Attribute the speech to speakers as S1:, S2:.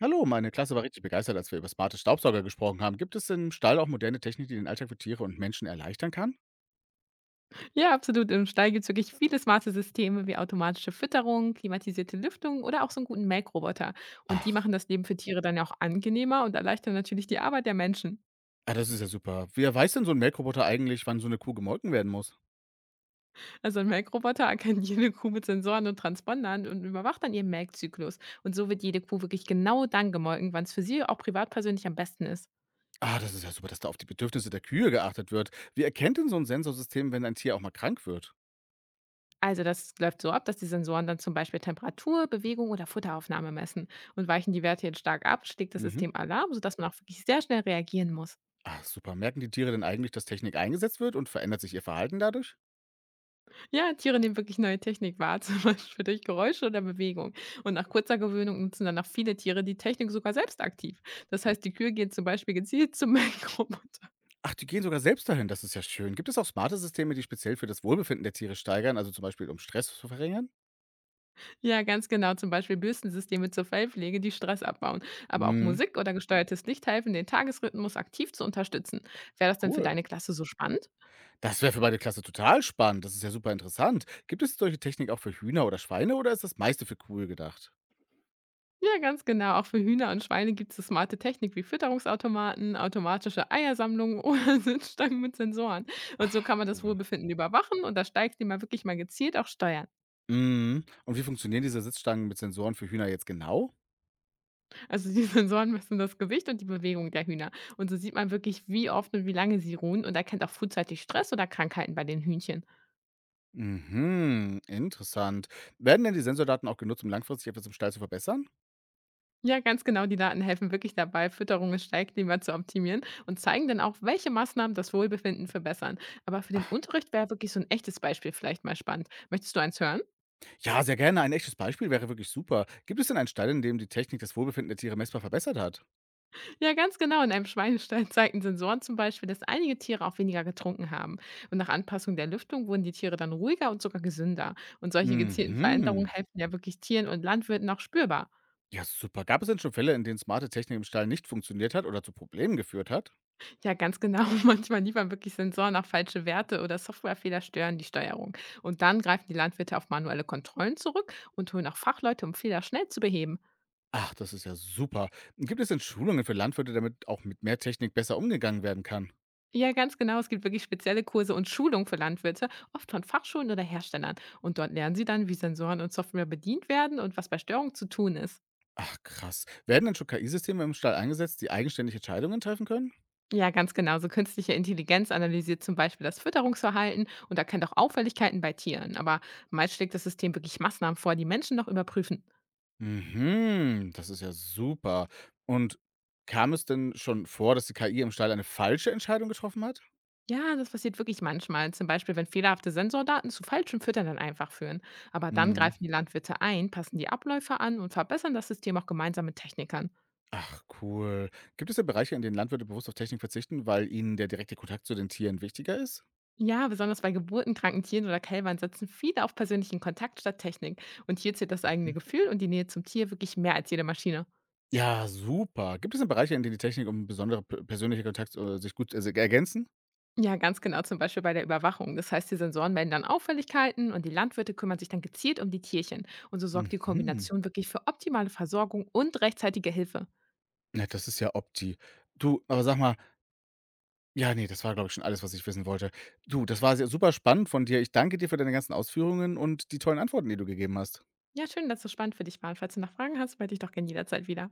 S1: Hallo, meine Klasse war richtig begeistert, als wir über smarte Staubsauger gesprochen haben. Gibt es im Stall auch moderne Technik, die den Alltag für Tiere und Menschen erleichtern kann?
S2: Ja, absolut. Im Stall gibt es wirklich viele smarte Systeme wie automatische Fütterung, klimatisierte Lüftung oder auch so einen guten Melkroboter. Und die
S1: Ach,
S2: machen das Leben für Tiere dann ja auch angenehmer und erleichtern natürlich die Arbeit der Menschen.
S1: das ist ja super. Wer weiß denn so ein Melkroboter eigentlich, wann so eine Kuh gemolken werden muss?
S2: Also, ein Melkroboter erkennt jede Kuh mit Sensoren und Transpondern und überwacht dann ihren Melkzyklus. Und so wird jede Kuh wirklich genau dann gemolken, wann es für sie auch privat persönlich am besten ist.
S1: Ah, das ist ja super, dass da auf die Bedürfnisse der Kühe geachtet wird. Wie erkennt denn so ein Sensorsystem, wenn ein Tier auch mal krank wird?
S2: Also, das läuft so ab, dass die Sensoren dann zum Beispiel Temperatur, Bewegung oder Futteraufnahme messen. Und weichen die Werte jetzt stark ab, schlägt das
S1: Mhm.
S2: System Alarm, sodass man auch wirklich sehr schnell reagieren muss.
S1: Ach, super. Merken die Tiere denn eigentlich, dass Technik eingesetzt wird und verändert sich ihr Verhalten dadurch?
S2: Ja, Tiere nehmen wirklich neue Technik wahr, zum Beispiel durch Geräusche oder Bewegung. Und nach kurzer Gewöhnung nutzen dann auch viele Tiere die Technik sogar selbst aktiv. Das heißt, die Kühe gehen zum Beispiel gezielt zum Melkroboter.
S1: Ach, die gehen sogar selbst dahin, das ist ja schön. Gibt es auch smarte Systeme, die speziell für das Wohlbefinden der Tiere steigern, also zum Beispiel um Stress zu verringern?
S2: Ja, ganz genau, zum Beispiel Bürstensysteme zur Fellpflege, die Stress abbauen. Aber auch
S1: Mhm.
S2: Musik oder gesteuertes Licht helfen, den Tagesrhythmus aktiv zu unterstützen. Wäre das denn für
S1: Cool.
S2: deine Klasse so spannend?
S1: Das wäre für meine Klasse total spannend. Das ist ja super interessant. Gibt es solche Technik auch für Hühner oder Schweine oder ist das meiste für Kühe gedacht?
S2: Ja, ganz genau. Auch für Hühner und Schweine gibt es smarte Technik wie Fütterungsautomaten, automatische Eiersammlungen oder Sitzstangen mit Sensoren. Und so
S1: Ach,
S2: kann man das
S1: cool.
S2: Wohlbefinden überwachen und das Steigthema wirklich mal gezielt auch steuern.
S1: Mhm. Und wie funktionieren diese Sitzstangen mit Sensoren für Hühner jetzt genau?
S2: Also die Sensoren messen das Gewicht und die Bewegung der Hühner. Und so sieht man wirklich, wie oft und wie lange sie ruhen und erkennt auch frühzeitig Stress oder Krankheiten bei den Hühnchen.
S1: Mhm, interessant. Werden denn die Sensordaten auch genutzt, um langfristig etwas im Stall zu verbessern?
S2: Ja, ganz genau. Die Daten helfen wirklich dabei, Fütterung und Stallklima zu optimieren und zeigen dann auch, welche Maßnahmen das Wohlbefinden verbessern. Aber für den
S1: Ach,
S2: Unterricht wäre wirklich so ein echtes Beispiel vielleicht mal spannend. Möchtest du eins hören?
S1: ja, sehr gerne. Ein echtes Beispiel wäre wirklich super. Gibt es denn einen Stall, in dem die Technik das Wohlbefinden der Tiere messbar verbessert hat?
S2: Ja, ganz genau. In einem Schweinestall zeigten Sensoren zum Beispiel, dass einige Tiere auch weniger getrunken haben. Und nach Anpassung der Lüftung wurden die Tiere dann ruhiger und sogar gesünder. Und solche gezielten
S1: Mhm.
S2: Veränderungen helfen ja wirklich Tieren und Landwirten auch spürbar.
S1: Ja, super. Gab es denn schon Fälle, in denen smarte Technik im Stall nicht funktioniert hat oder zu Problemen geführt hat?
S2: Ja, ganz genau. Manchmal liefern wirklich Sensoren auch falsche Werte oder Softwarefehler stören die Steuerung. Und dann greifen die Landwirte auf manuelle Kontrollen zurück und holen auch Fachleute, um Fehler schnell zu beheben.
S1: Ach, das ist ja super. Gibt es denn Schulungen für Landwirte, damit auch mit mehr Technik besser umgegangen werden kann?
S2: Ja, ganz genau. Es gibt wirklich spezielle Kurse und Schulungen für Landwirte, oft von Fachschulen oder Herstellern. Und dort lernen sie dann, wie Sensoren und Software bedient werden und was bei Störungen zu tun ist.
S1: Ach, krass. Werden denn schon KI-Systeme im Stall eingesetzt, die eigenständig Entscheidungen treffen können?
S2: Ja, ganz genau. So künstliche Intelligenz analysiert zum Beispiel das Fütterungsverhalten und erkennt auch Auffälligkeiten bei Tieren. Aber meist schlägt das System wirklich Maßnahmen vor, die Menschen noch überprüfen.
S1: Mhm, das ist ja super. Und kam es denn schon vor, dass die KI im Stall eine falsche Entscheidung getroffen hat?
S2: Ja, das passiert wirklich manchmal. Zum Beispiel, wenn fehlerhafte Sensordaten zu falschen Füttern dann einfach führen. Aber dann
S1: Mhm.
S2: greifen die Landwirte ein, passen die Abläufe an und verbessern das System auch gemeinsam mit Technikern.
S1: Ach, cool. Gibt es denn Bereiche, in denen Landwirte bewusst auf Technik verzichten, weil ihnen der direkte Kontakt zu den Tieren wichtiger ist?
S2: Ja, besonders bei geburtenkranken Tieren oder Kälbern setzen viele auf persönlichen Kontakt statt Technik. Und hier zählt das eigene
S1: Mhm.
S2: Gefühl und die Nähe zum Tier wirklich mehr als jede Maschine.
S1: Ja, super. Gibt es denn Bereiche, in denen die Technik und besondere persönliche Kontakt sich gut ergänzen?
S2: Ja, ganz genau, zum Beispiel bei der Überwachung. Das heißt, die Sensoren melden dann Auffälligkeiten und die Landwirte kümmern sich dann gezielt um die Tierchen. Und so sorgt die
S1: Mhm.
S2: Kombination wirklich für optimale Versorgung und rechtzeitige Hilfe.
S1: Na, das ist ja Opti. Du, aber sag mal ja, nee, das war, glaube ich, schon alles, was ich wissen wollte. Du, das war sehr super spannend von dir. Ich danke dir für deine ganzen Ausführungen und die tollen Antworten, die du gegeben hast.
S2: Ja, schön, dass es so spannend für dich war. Und falls du noch Fragen hast, melde dich doch gerne jederzeit wieder.